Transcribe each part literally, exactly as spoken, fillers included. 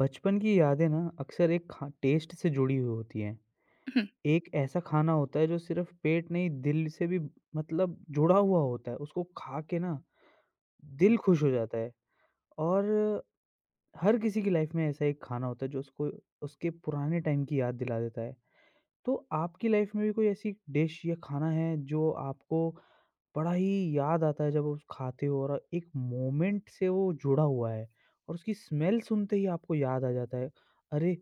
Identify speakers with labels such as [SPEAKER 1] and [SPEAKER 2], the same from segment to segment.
[SPEAKER 1] बचपन की यादें ना अक्सर एक खा टेस्ट से जुड़ी हुई होती हैं।
[SPEAKER 2] हुँ,
[SPEAKER 1] एक ऐसा खाना होता है जो सिर्फ पेट नहीं, दिल से भी मतलब जुड़ा हुआ होता है। उसको खा के ना दिल खुश हो जाता है। और हर किसी की लाइफ में ऐसा एक खाना होता है जो उसको उसके पुराने टाइम की याद दिला देता है। तो आपकी लाइफ में भी कोई ऐसी डिश या खाना है जो आपको बड़ा ही याद आता है, जब उस खाते हो और एक मोमेंट से वो जुड़ा हुआ है, और उसकी स्मेल सुनते ही आपको याद आ जाता है, अरे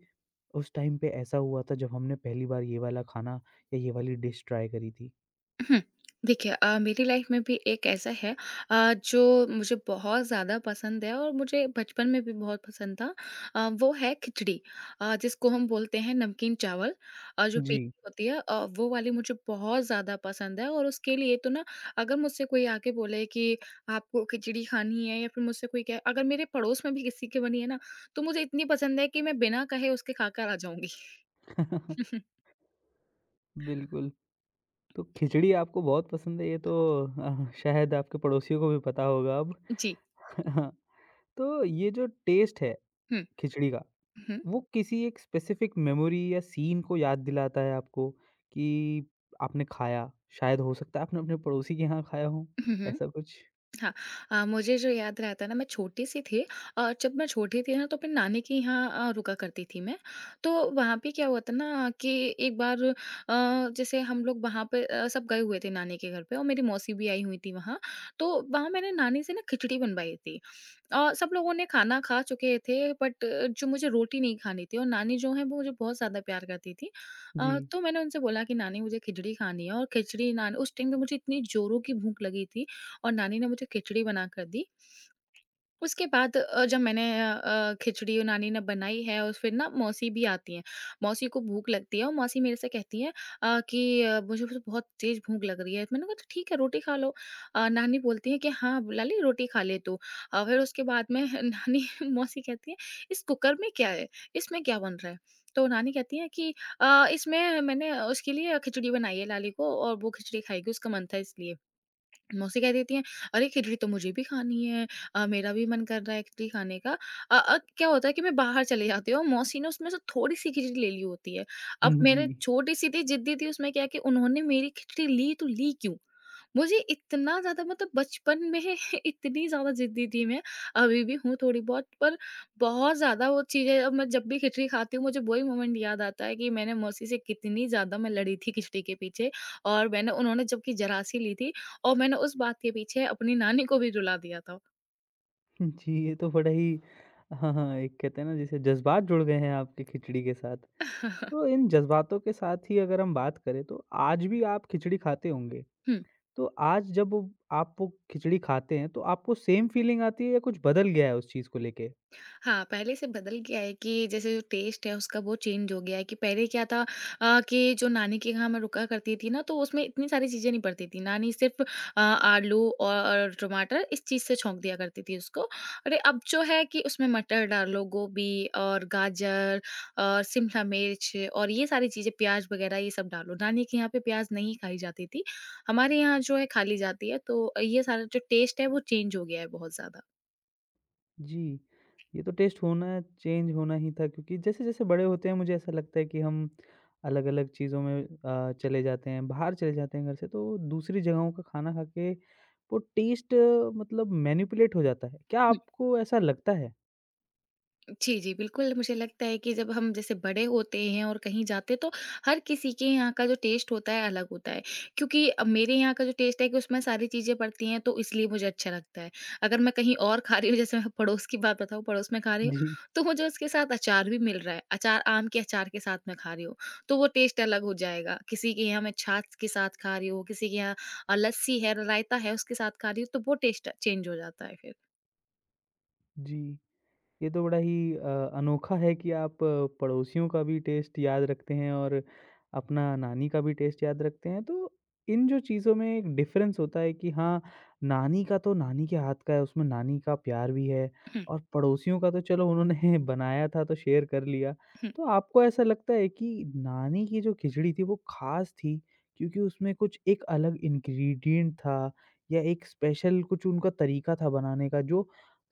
[SPEAKER 1] उस टाइम पे ऐसा हुआ था जब हमने पहली बार ये वाला खाना या ये वाली डिश ट्राई करी थी?
[SPEAKER 2] हुँ। देखिए अ, मेरी लाइफ में भी एक ऐसा है अ, जो मुझे बहुत ज़्यादा पसंद है और मुझे बचपन में भी बहुत पसंद था। अ, वो है खिचड़ी अ, जिसको हम बोलते हैं नमकीन चावल अ, जो पीली
[SPEAKER 1] जी।
[SPEAKER 2] होती है अ, वो वाली मुझे बहुत ज़्यादा पसंद है और उसके लिए तो ना अगर मुझसे कोई आके बोले कि आपको खिचड़ी खानी है या फिर मुझसे कोई कहे अगर मेरे पड़ोस में भी किसी के बनी है ना, तो मुझे इतनी पसंद है कि मैं बिना कहे उसके खाकर आ जाऊँगी।
[SPEAKER 1] बिल्कुल। तो खिचड़ी आपको बहुत पसंद है, ये तो अ, शायद आपके पड़ोसियों को भी पता होगा अब।
[SPEAKER 2] जी।
[SPEAKER 1] तो ये जो टेस्ट है
[SPEAKER 2] हुँ,
[SPEAKER 1] खिचड़ी का,
[SPEAKER 2] हुँ,
[SPEAKER 1] वो किसी एक स्पेसिफ़िक मेमोरी या सीन को याद दिलाता है आपको कि आपने खाया, शायद हो सकता है आपने अपने पड़ोसी के यहाँ खाया हो,
[SPEAKER 2] हुँ, हुँ।
[SPEAKER 1] ऐसा कुछ?
[SPEAKER 2] हाँ, अ, मुझे जो याद रहता है ना मैं छोटी सी थी और जब मैं छोटी थी ना तो अपनी नानी के यहाँ अ, रुका करती थी मैं। तो वहाँ पे क्या हुआ था ना कि एक बार अ, जैसे हम लोग वहाँ पे अ, सब गए हुए थे नानी के घर पे और मेरी मौसी भी आई हुई थी वहाँ। तो वहाँ मैंने नानी से ना खिचड़ी बनवाई थी। अ, सब लोगों ने खाना खा चुके थे बट जो मुझे रोटी नहीं खानी थी और नानी जो है वो मुझे बहुत ज़्यादा प्यार करती थी।
[SPEAKER 1] जी।
[SPEAKER 2] अ, तो मैंने उनसे बोला कि नानी मुझे खिचड़ी खानी है और खिचड़ी नान उस टाइम पे मुझे इतनी ज़ोरों की भूख लगी थी और नानी ने मुझे खिचड़ी बनाकर दी। उसके बाद अ, जब मैंने अ अ, खिचड़ी नानी ने बनाई है और फिर ना मौसी भी आती हैं। मौसी को भूख लगती है और मौसी मेरे से कहती हैं अ, कि अ, मुझे तो बहुत तेज़ भूख लग रही है। मैंने कहा, "तो ठीक है, रोटी खा लो।" अ, नानी बोलती हैं कि, "हाँ, लाली रोटी खा ले तू।" अ, फिर उसके बाद में नानी मौसी कहती हैं, "इस कुकर में क्या है? इसमें क्या बन रहा है?" तो नानी कहती हैं कि अ, "इसमें मैंने उसके लिए खिचड़ी बनाई है लाली को और वो खिचड़ी खाएगी, उसका मन था इसलिए।" मौसी कह देती हैं, "अरे! खिचड़ी तो मुझे भी खानी है अ, मेरा भी मन कर रहा है खिचड़ी खाने का।" अ अ, क्या होता है कि मैं बाहर चली जाती हूँ और मौसी ने उसमें से थोड़ी-सी खिचड़ी ले ली होती है। अब
[SPEAKER 1] हुँ,
[SPEAKER 2] मेरे
[SPEAKER 1] जी।
[SPEAKER 2] छोटी-सी थी, ज़िद्दी थी, उसमें क्या है कि उन्होंने मेरी खिचड़ी ली तो ली क्यों? मुझे इतना ज़्यादा मतलब बचपन में इतनी ज़्यादा ज़िद्दी थी मैं, अभी भी हूँ थोड़ी बहुत, पर बहुत ज़्यादा वो चीज़ें अब मैं जब भी खिचड़ी खाती हूँ, मुझे वही मोमेंट याद आता है कि मैंने मौसी से कितनी ज़्यादा मैं लड़ी थी खिचड़ी के पीछे और मैंने उन्होंने जबकि ज़रा-सी ली थी। और मैंने उस बात के पीछे अपनी नानी को भी रुला दिया था।
[SPEAKER 1] जी, ये तो बड़ा ही, हाँ, हाँ, एक कहते हैं ना जैसे जज़्बात जुड़ गए हैं आपके खिचड़ी के साथ। तो इन जज़्बातों के साथ ही अगर हम बात करें तो आज भी आप खिचड़ी खाते होंगे,
[SPEAKER 2] हुँ।
[SPEAKER 1] तो आज जब वो- आप वो खिचड़ी खाते हैं तो आपको सेम फ़ीलिंग आती है या कुछ बदल गया है उस चीज़ को लेके?
[SPEAKER 2] हाँ, पहले से बदल गया है कि जैसे जो टेस्ट है उसका वो चेंज हो गया है कि पहले क्या था अ, कि जो नानी के यहाँ मैं रुका करती थी ना, तो उसमें इतनी सारी चीज़ें नहीं पड़ती थी। नानी सिर्फ़ अ, आलू और टमाटर इस चीज़ से छौंक दिया करती थी उसको। अरे, अब जो है कि उसमें मटर डालो, गोभी और गाजर और शिमला मिर्च और ये सारी चीज़ें प्याज़ वग़ैरह ये सब डालो। नानी के यहाँ पे प्याज़ नहीं खाई जाती थी। हमारे यहाँ जो है खा ली जाती है, तो ये सारा जो टेस्ट है वो चेंज हो गया है बहुत ज़्यादा।
[SPEAKER 1] जी, ये तो टेस्ट होना चेंज होना ही था, क्योंकि जैसे-जैसे बड़े होते हैं मुझे ऐसा लगता है कि हम अलग-अलग चीज़ों में अ, चले जाते हैं, बाहर चले जाते हैं घर से, तो दूसरी जगहों का खाना खा के वो टेस्ट मतलब मैनिपुलेट हो जाता है। क्या आपको ऐसा लगता है?
[SPEAKER 2] जी, जी, बिल्कुल मुझे लगता है कि जब हम जैसे बड़े होते हैं और कहीं जाते हैं तो हर किसी के यहाँ का जो टेस्ट होता है अलग होता है। क्योंकि अब मेरे यहाँ का जो टेस्ट है कि उसमें सारी चीज़ें पड़ती हैं तो इसलिए मुझे अच्छा लगता है। अगर मैं कहीं और खा रही हूँ जैसे मैं पड़ोस की बात बताऊँ पड़ोस में खा रही हूँ,
[SPEAKER 1] जी।
[SPEAKER 2] तो मुझे उसके साथ अचार भी मिल रहा है। अचार आम के अचार के साथ मैं खा रही हूँ, तो वो टेस्ट अलग हो जाएगा। किसी के यहाँ मैं छाछ के साथ खा रही हूँ, किसी के यहाँ अ, लस्सी है, रायता है उसके साथ खा रही हूँ तो वो टेस्ट चेंज हो जाता है फिर।
[SPEAKER 1] जी। ये तो बड़ा ही अ, अनोखा है कि आप अ, पड़ोसियों का भी टेस्ट याद रखते हैं और अपना नानी का भी टेस्ट याद रखते हैं। तो इन जो चीज़ों में एक डिफ़रेंस होता है कि हाँ, नानी का तो नानी के हाथ का है, उसमें नानी का प्यार भी है, और पड़ोसियों का तो चलो उन्होंने बनाया था तो शेयर कर लिया। तो आपको ऐसा लगता है कि नानी की जो खिचड़ी थी वो ख़ास थी, क्योंकि उसमें कुछ एक अलग इंग्रीडिएंट था या एक स्पेशल कुछ उनका तरीका था बनाने का, जो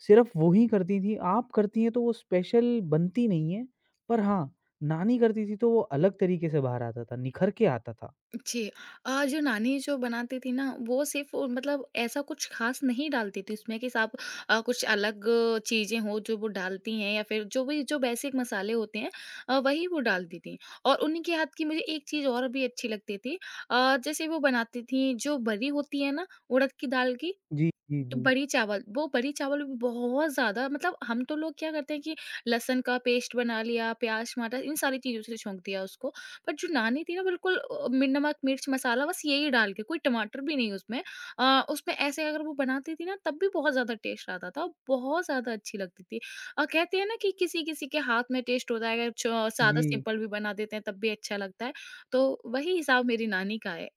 [SPEAKER 1] सिर्फ़ वो ही करती थी, आप करती हैं तो वो स्पेशल बनती नहीं है, पर हाँ, नानी करती थी तो वो अलग तरीके से बाहर आता था, निखर के आता था।
[SPEAKER 2] जी। अ, जो नानी जो बनाती थी ना, वो सिर्फ़ मतलब ऐसा कुछ ख़ास नहीं डालती थी उसमें कि साब अ, कुछ अलग चीज़ें हों जो वो डालती हैं या फिर जो भी जो बेसिक मसाले होते हैं अ, वही वो डालती थीं। और उन्हीं के हाथ की मुझे एक चीज़ और भी अच्छी लगती थी अ, जैसे वो बनाती थीं जो बरी होती है ना उड़द की दाल की,
[SPEAKER 1] जी, जी,
[SPEAKER 2] तो
[SPEAKER 1] जी।
[SPEAKER 2] बड़ी चावल वो बड़ी चावल भी बहुत ज़्यादा मतलब हम तो लोग क्या करते हैं कि लहसुन का पेस्ट बना लिया, प्याज़, टमाटर इन सारी चीज़ों से छौंक दिया उसको। पर जो नानी थी ना बिल्कुल अ, मिर्च नमक, मिर्च मसाला बस यही डाल के, कोई टमाटर भी नहीं उसमें। अ, उसमें ऐसे अगर वो बनाती थी ना तब भी बहुत ज़्यादा टेस्ट आता था, और बहुत ज़्यादा अच्छी लगती थी। अ, कहते हैं ना कि किसी-किसी के हाथ में टेस्ट होता है, अगर च सादा
[SPEAKER 1] जी।
[SPEAKER 2] सिंपल भी बना देते हैं तब भी अच्छा लगता है। तो वही हिसाब मेरी नानी का है।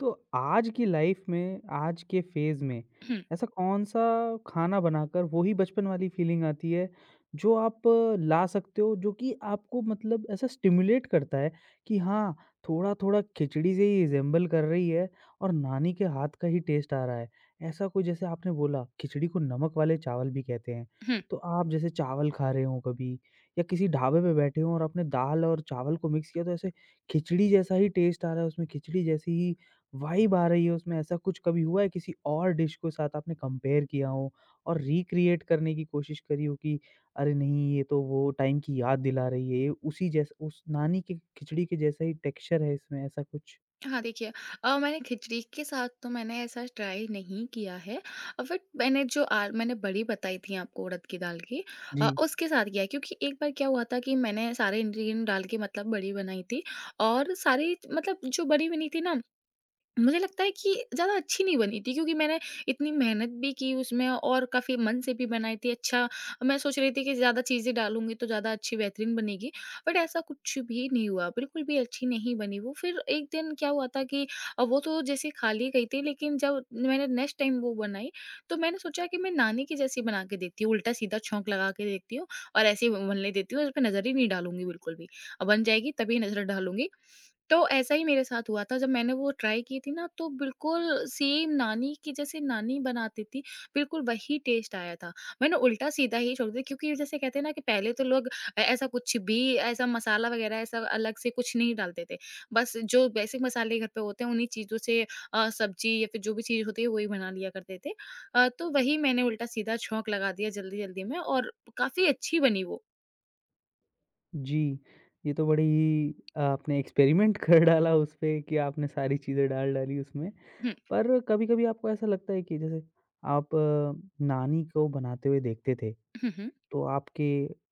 [SPEAKER 1] तो आज की लाइफ में, आज के फ़ेज़ में, ऐसा कौन-सा खाना बनाकर वही बचपन वाली फ़ीलिंग आती है, जो आप अ, ला सकते हो, जो कि आपको मतलब ऐसा स्टिम्युलेट करता है कि हाँ, थोड़ा-थोड़ा खिचड़ी से ही रिज़ेम्बल कर रही है और नानी के हाथ का ही टेस्ट आ रहा है। ऐसा कोई, जैसे आपने बोला, खिचड़ी को नमक वाले चावल भी कहते हैं। तो आप जैसे चावल खा रहे हो कभी या किसी ढाबे पे बैठे हो और आपने दाल और चावल को मिक्स किया, तो ऐसे खिचड़ी जैसा ही टेस्ट आ रहा है, उसमें खिचड़ी जैसी ही वाइब आ रही है उसमें, ऐसा कुछ कभी हुआ है किसी और डिश को साथ आपने कंपेयर किया हो और रिक्रिएट करने की कोशिश करी हो कि अरे नहीं, ये तो वो टाइम की याद दिला रही है, ये उसी जैसा, उस नानी की खिचड़ी के जैसा ही टेक्सचर है इसमें, ऐसा कुछ?
[SPEAKER 2] हाँ, देखिए अ, मैंने खिचड़ी के साथ तो मैंने ऐसा ट्राई नहीं किया है और बट मैंने जो आ, मैंने बड़ी बताई थी आपको उड़द की दाल की
[SPEAKER 1] जी,
[SPEAKER 2] अ, उसके साथ किया है। क्योंकि एक बार क्या हुआ था कि मैंने सारे इंग्रेडिएंट डाल के मतलब बड़ी बनाई थी और सारी मतलब जो बड़ी बनी थी ना मुझे लगता है कि ज़्यादा अच्छी नहीं बनी थी क्योंकि मैंने इतनी मेहनत भी की उसमें और काफ़ी मन से भी बनाई थी। अच्छा मैं सोच रही थी कि ज़्यादा चीज़ें डालूँगी तो ज़्यादा अच्छी बेहतरीन बनेगी, बट ऐसा कुछ भी नहीं हुआ, बिल्कुल भी अच्छी नहीं बनी वो। फिर एक दिन क्या हुआ था कि अ, वो तो जैसे खाली गई थी लेकिन जब मैंने नेक्स्ट टाइम वो बनाई, तो मैंने सोचा कि मैं नानी की जैसी बना के देखती हूँ, उल्टा-सीधा छौंक लगा के देखती हूँ और ऐसे ही बनने देती हूँ, इसमें नज़र ही नहीं डालूँगी बिल्कुल भी। अ, बन जाएगी तभी नज़र डालूँगी। तो ऐसा ही मेरे साथ हुआ था जब मैंने वो ट्राई की थी ना तो बिल्कुल सेम नानी की जैसे नानी बनाती थी, बिल्कुल वही टेस्ट आया था। मैंने उल्टा-सीधा ही छोड़ दिया क्योंकि जैसे कहते हैं ना कि पहले तो लोग अ, ऐसा कुछ भी ऐसा मसाला वगैरह ऐसा अलग से कुछ नहीं डालते थे। बस जो बेसिक मसाले घर पे होते हैं उन्हीं चीज़ों से अ, सब्ज़ी या फिर जो भी चीज़ होती है वही बना लिया करते थे। अ, तो वही मैंने उल्टा-सीधा छौंक लगा दिया जल्दी-जल्दी में और काफ़ी अच्छी बनी वो।
[SPEAKER 1] जी। ये तो बड़ी ही, आपने एक्सपेरिमेंट कर डाला उसपे कि आपने सारी चीज़ें डाल डाली उसमें।
[SPEAKER 2] हुँ,
[SPEAKER 1] पर कभी-कभी आपको ऐसा लगता है कि जैसे आप अ, नानी को बनाते हुए देखते थे,
[SPEAKER 2] हुँ, हुँ,
[SPEAKER 1] तो आपके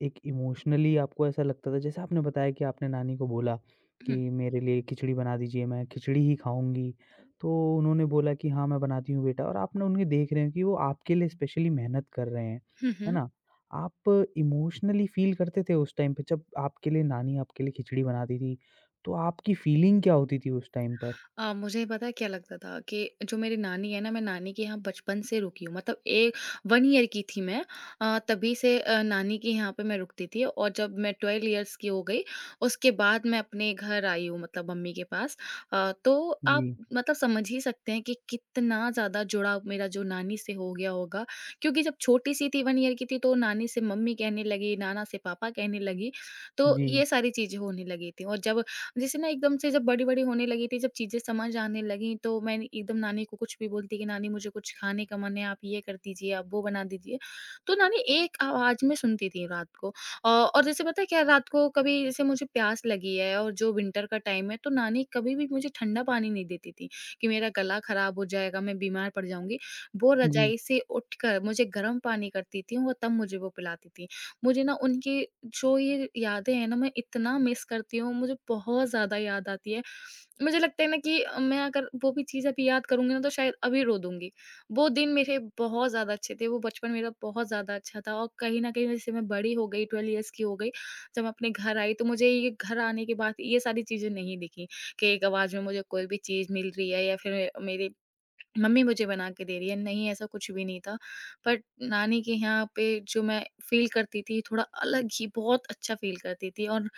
[SPEAKER 1] एक इमोशनली आपको ऐसा लगता था, जैसे आपने बताया कि आपने नानी को बोला कि
[SPEAKER 2] हुँ,
[SPEAKER 1] मेरे लिए खिचड़ी बना दीजिए, मैं खिचड़ी ही खाऊँगी। तो उन्होंने बोला कि हाँ, मैं बनाती हूँ बेटा, और आपने उनकी देख रहे हैं कि वो आपके लिए स्पेशली मेहनत कर रहे हैं,
[SPEAKER 2] हुँ,
[SPEAKER 1] है
[SPEAKER 2] हुँ।
[SPEAKER 1] ना? आप इमोशनली फ़ील करते थे उस टाइम पे जब आपके लिए नानी आपके लिए खिचड़ी बनाती थी, तो आपकी फ़ीलिंग क्या होती थी उस टाइम पर?
[SPEAKER 2] अ, मुझे पता है क्या लगता था कि जो मेरी नानी है ना, मैं नानी के यहाँ बचपन से रुकी हूँ। मतलब ए एक ईयर की थी मैं अ, तभी से अ, नानी के यहाँ पे मैं रुकती थी और जब मैं बारह इयर्स की हो गई, उसके बाद मैं अपने घर आई हूँ मतलब मम्मी के पास। अ, तो आप
[SPEAKER 1] जी,
[SPEAKER 2] मतलब समझ ही सकते हैं कि कितना ज़्यादा जुड़ाव मेरा जो नानी से हो गया होगा। क्योंकि जब छोटी-सी थी एक ईयर की थी, तो नानी से मम्मी कहने लगी, नाना से पापा कहने लगी, तो
[SPEAKER 1] जी,
[SPEAKER 2] ये सारी चीज़ें होने लगी थी। और जब जैसे ना एकदम से जब बड़ी-बड़ी होने लगी थी, जब चीज़ें समझ आने लगीं, तो मैं एकदम नानी को कुछ भी बोलती कि नानी मुझे कुछ खाने का मन है, आप ये कर दीजिए, आप वो बना दीजिए। तो नानी एक आवाज़ में सुनती थी रात को। अ, और जैसे पता है क्या रात को कभी जैसे मुझे प्यास लगी है और जो विंटर का टाइम है, तो नानी कभी भी मुझे ठंडा पानी नहीं देती थी कि मेरा गला खराब हो जाएगा, मैं बीमार पड़ जाऊँगी। वो
[SPEAKER 1] जी।
[SPEAKER 2] रज़ाई से उठकर मुझे गर्म पानी करती थी, वो तब मुझे वो पिलाती थी। मुझे ना उनकी जो ये यादें हैं ना मैं इतना मिस करती हूँ, मुझे बहुत ज़्यादा याद आती है। मुझे लगता है ना कि मैं अगर वो भी चीज़ अभी याद करूँगी ना तो शायद अभी रो दूँगी। वो दिन मेरे बहुत ज़्यादा अच्छे थे, वो बचपन मेरा बहुत ज़्यादा अच्छा था और कहीं न कहीं जैसे मैं बड़ी हो गई बारह इयर्स की हो गई, जब मैं अपने घर आई तो मुझे ये घर आने के बाद ये सारी चीज़ें नहीं दिखीं कि एक आवाज़ में मुझे कोई भी चीज़ मिल रही है या फिर मेरे मम्मी मुझे बना के दे रही है, नहीं ऐसा कुछ भी नहीं था। बट नानी के यहाँ पे जो मैं फ़ील करती थी थोड़ा अलग ही बहुत अच्छा फ़ील करती थी और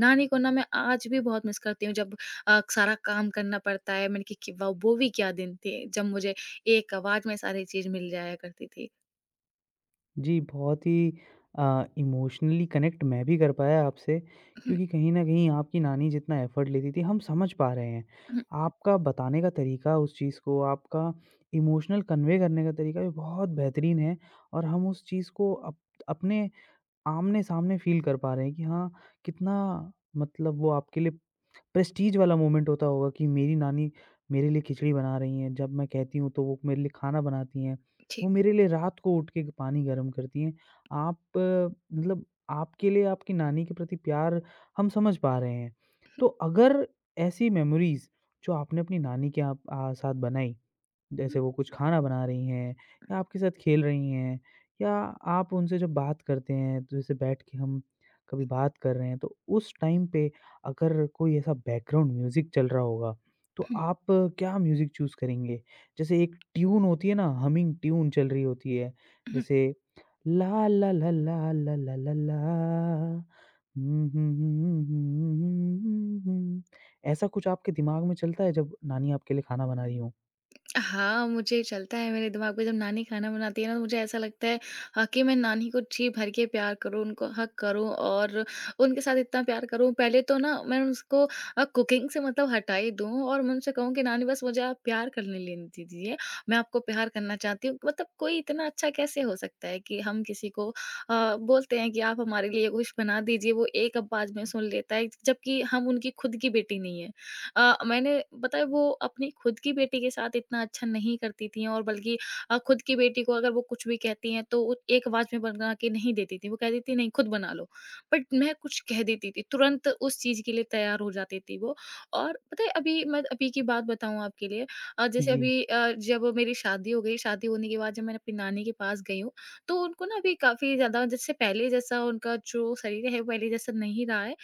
[SPEAKER 2] नानी को ना मैं आज भी बहुत मिस करती हूँ जब अ, सारा काम करना पड़ता है, मैंने कहा कि वाह! वो भी क्या दिन थे जब मुझे एक आवाज़ में सारी चीज़ मिल जाया करती थी।
[SPEAKER 1] जी, बहुत ही अ, इमोशनली कनेक्ट मैं भी कर पाया आपसे, क्योंकि कहीं न कहीं आपकी नानी जितना एफ़र्ट लेती थी हम समझ पा रहे हैं। आपका बताने का तरीका उस चीज़ को, आपका इमोशनल कन्वे करने का तरीका भी बहुत बेहतरीन है, और हम उस चीज़ को अप अपने आमने-सामने फ़ील कर पा रहे हैं कि हाँ, कितना, मतलब वो आपके लिए प्रेस्टीज वाला मोमेंट होता होगा कि मेरी नानी मेरे लिए खिचड़ी बना रही हैं, जब मैं कहती हूँ तो वो मेरे लिए खाना बनाती हैं।
[SPEAKER 2] जी।
[SPEAKER 1] वो मेरे लिए रात को उठ के पानी गरम करती हैं। आप अ, मतलब आपके लिए आपकी नानी के प्रति प्यार हम समझ पा रहे हैं। तो अगर ऐसी मेमोरीज़ जो आपने अपनी नानी के आप अ, साथ बनाई, जैसे वो कुछ खाना बना रही हैं या आपके साथ खेल रही हैं या आप उनसे जब बात करते हैं, तो जैसे बैठ के हम कभी बात कर रहे हैं, तो उस टाइम पे अगर कोई ऐसा बैकग्राउंड म्यूज़िक चल रहा होगा, तो आप क्या म्यूज़िक चूज़ करेंगे? जैसे एक ट्यून होती है ना, हमिंग ट्यून चल रही होती है, जैसे ला ला ला ला ला ला ला ला, हुँ, हुँ, हुँ, हुँ, हुँ, हुँ। ऐसा कुछ आपके दिमाग में चलता है जब नानी आपके लिए खाना बना रही हों?
[SPEAKER 2] हाँ, मुझे चलता है मेरे दिमाग में जब नानी खाना बनाती है ना तो मुझे ऐसा लगता है अ, कि मैं नानी को जी भर के प्यार करूँ, उनको हग करूँ और उनके साथ इतना प्यार करूँ। पहले तो ना मैं उसको अ, कुकिंग से मतलब हटा ही दूँ और मैं उनसे कहूँ कि नानी बस मुझे आप प्यार करने लेने दीजिए, मैं आपको प्यार करना चाहती हूँ। मतलब कोई इतना अच्छा कैसे हो सकता है कि हम किसी को अ, बोलते हैं कि आप हमारे लिए कुछ बना दीजिए, वो एक आवाज़ में सुन लेता है, जबकि हम उनकी खुद की बेटी नहीं है। अ, मैंने पता है वो अपनी खुद की बेटी के साथ इतना अच्छा नहीं करती थी और बल्कि अ, खुद की बेटी को अगर वो कुछ भी कहती हैं तो वो एक आवाज में बना के नहीं देती थी। वो कहती थी नहीं खुद बना लो। बट मैं कुछ कह देती थी, तुरंत उस चीज़ के लिए तैयार हो जाती थी वो। और पता है अभी मैं अभी की बात बताऊँ आपके लिए अ, जैसे
[SPEAKER 1] जी,
[SPEAKER 2] अभी अ, जब मेरी शादी हो गई, शादी होने के बाद जब मैं अपनी नानी के पास गई हूँ, तो उनको ना अभी काफ़ी ज़्यादा जैसे पहले जैसा उनका जो शरीर है, वो पहले जैसा नहीं रहा है। अ,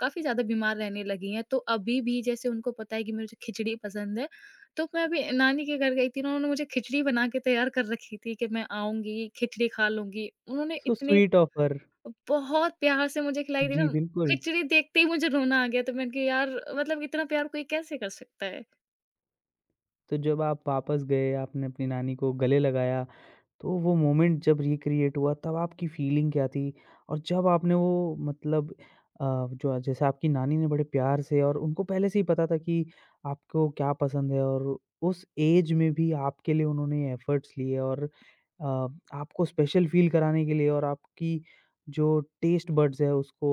[SPEAKER 2] काफ़ी ज़्यादा बीमार रहने लगी हैं, तो अभी भी जैसे उनको पता है कि मुझे खिचड़ी पसंद है, तो मैं अभी नानी के घर गई थी ना, उन्होंने मुझे खिचड़ी बना के तैयार कर रखी थी कि मैं आऊँगी, खिचड़ी खा लूँगी। उन्होंने
[SPEAKER 1] सो
[SPEAKER 2] इतने
[SPEAKER 1] स्वीट ऑफर।
[SPEAKER 2] बहुत प्यार से मुझे खिलाई थी ना,
[SPEAKER 1] जी, बिल्कुल।
[SPEAKER 2] खिचड़ी देखते ही मुझे रोना आ गया, तो मैंने कहा यार मतलब इतना प्यार कोई कैसे कर सकता है?
[SPEAKER 1] तो जब आप वापस गए, आपने अपनी नानी को गले लगाया, तो वो मोमेंट जब रिक्रिएट हुआ तब आपकी फीलिंग क्या थी? और जब आपने वो मतलब अ, जो जैसे आपकी नानी ने बड़े प्यार से, और उनको पहले से ही पता था कि आपको क्या पसंद है, और उस एज में भी आपके लिए उन्होंने एफर्ट्स लिए और अ, आपको स्पेशल फील कराने के लिए और आपकी जो टेस्ट बड्स है उसको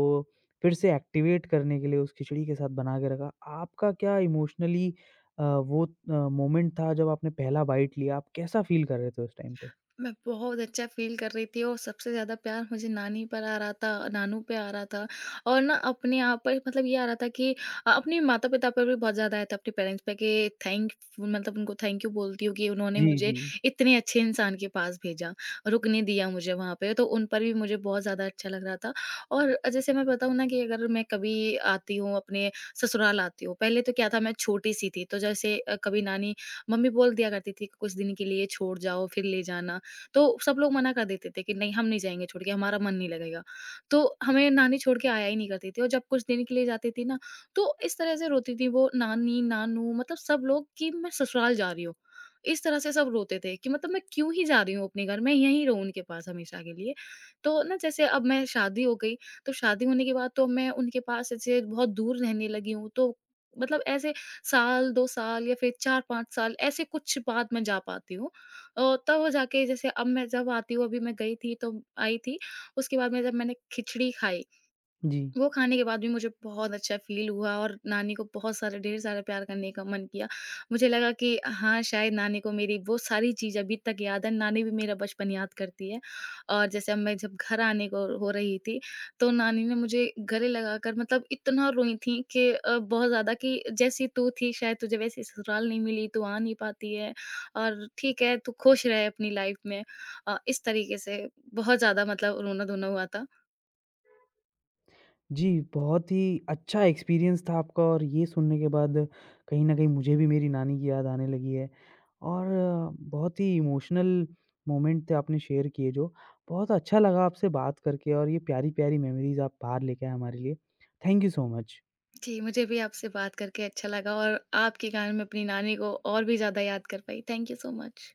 [SPEAKER 1] फिर से एक्टिवेट करने के लिए उस खिचड़ी के साथ बना के रखा। आपका क्या इमोशनली अ, वो अ, मोमेंट था जब आपने पहला बाइट लिया, आप कैसा फील कर रहे थे उस टाइम पे?
[SPEAKER 2] मैं बहुत अच्छा फ़ील कर रही थी और सबसे ज़्यादा प्यार मुझे नानी पर आ रहा था, नानू पे आ रहा था और ना अपने आप पर मतलब ये आ रहा था कि अ, अपने माता-पिता पर भी बहुत ज़्यादा आया था, अपने पेरेंट्स पे कि थैंक मतलब उनको थैंक यू बोलती हूँ कि उन्होंने
[SPEAKER 1] जी,
[SPEAKER 2] मुझे
[SPEAKER 1] जी।
[SPEAKER 2] इतने अच्छे इंसान के पास भेजा, रुकने दिया मुझे वहाँ पे, तो उन पर भी मुझे बहुत ज़्यादा अच्छा लग रहा था। और जैसे मैं बताऊँ ना कि अगर मैं कभी आती हूँ, अपने ससुराल आती हूँ, पहले तो क्या था मैं छोटी-सी थी, तो जैसे अ, कभी नानी मम्मी बोल दिया करती थी कि कुछ दिन के लिए छोड़ जाओ, फिर ले जाना। तो सब लोग मना कर देते थे कि नहीं हम नहीं जाएँगे छोड़ के, हमारा मन नहीं लगेगा। तो हमें नानी छोड़ के आया ही नहीं करती थी और जब कुछ दिन के लिए जाती थी ना, तो इस तरह से रोती थी वो नानी, नानू मतलब सब लोग कि मैं ससुराल जा रही हूँ। इस तरह से सब रोते थे कि मतलब मैं क्यों ही जा रही हूँ अपने घर, मैं यहीं रहूँ उनके पास हमेशा के लिए। तो ना जैसे अब मैं शादी हो गई, तो शादी होने के बाद तो मैं उनके पास ऐसे बहुत दूर रहने लगी हूँ, तो मतलब ऐसे साल, दो साल या फिर चार पाँच साल ऐसे कुछ बाद मैं जा पाती हूँ। अ, तब वो जाके जैसे अब मैं जब आती हूँ, अभी मैं गई थी तो आई थी, उसके बाद में जब मैंने खिचड़ी खाई
[SPEAKER 1] जी।
[SPEAKER 2] वो खाने के बाद भी मुझे बहुत अच्छा फ़ील हुआ और नानी को बहुत सारे ढेर सारा प्यार करने का मन किया। मुझे लगा कि हाँ, शायद नानी को मेरी वो सारी चीज़ अभी तक याद है, नानी भी मेरा बचपन याद करती है। और जैसे अब मैं जब घर आने को हो रही थी, तो नानी ने मुझे गले लगाकर मतलब इतना रोई थी कि अ, बहुत ज़्यादा कि जैसी तू थी शायद तुझे वैसी ससुराल नहीं मिली, तू आ नहीं पाती है और ठीक है, तू खुश रह अपनी लाइफ़ में। अ, इस तरीके से बहुत ज़्यादा मतलब रोना-धोना हुआ था।
[SPEAKER 1] जी, बहुत ही अच्छा एक्सपीरियंस था आपका, और ये सुनने के बाद कहीं न कहीं मुझे भी मेरी नानी की याद आने लगी है, और अ, बहुत ही इमोशनल मोमेंट थे आपने शेयर किए जो। बहुत अच्छा लगा आपसे बात करके, और ये प्यारी-प्यारी मेमोरीज़ आप बाहर लेके आए हमारे लिए। Thank you so much.
[SPEAKER 2] जी, मुझे भी आपसे बात करके अच्छा लगा और आपके कारण मैं अपनी नानी को और भी ज़्यादा याद कर पाई। Thank you so much.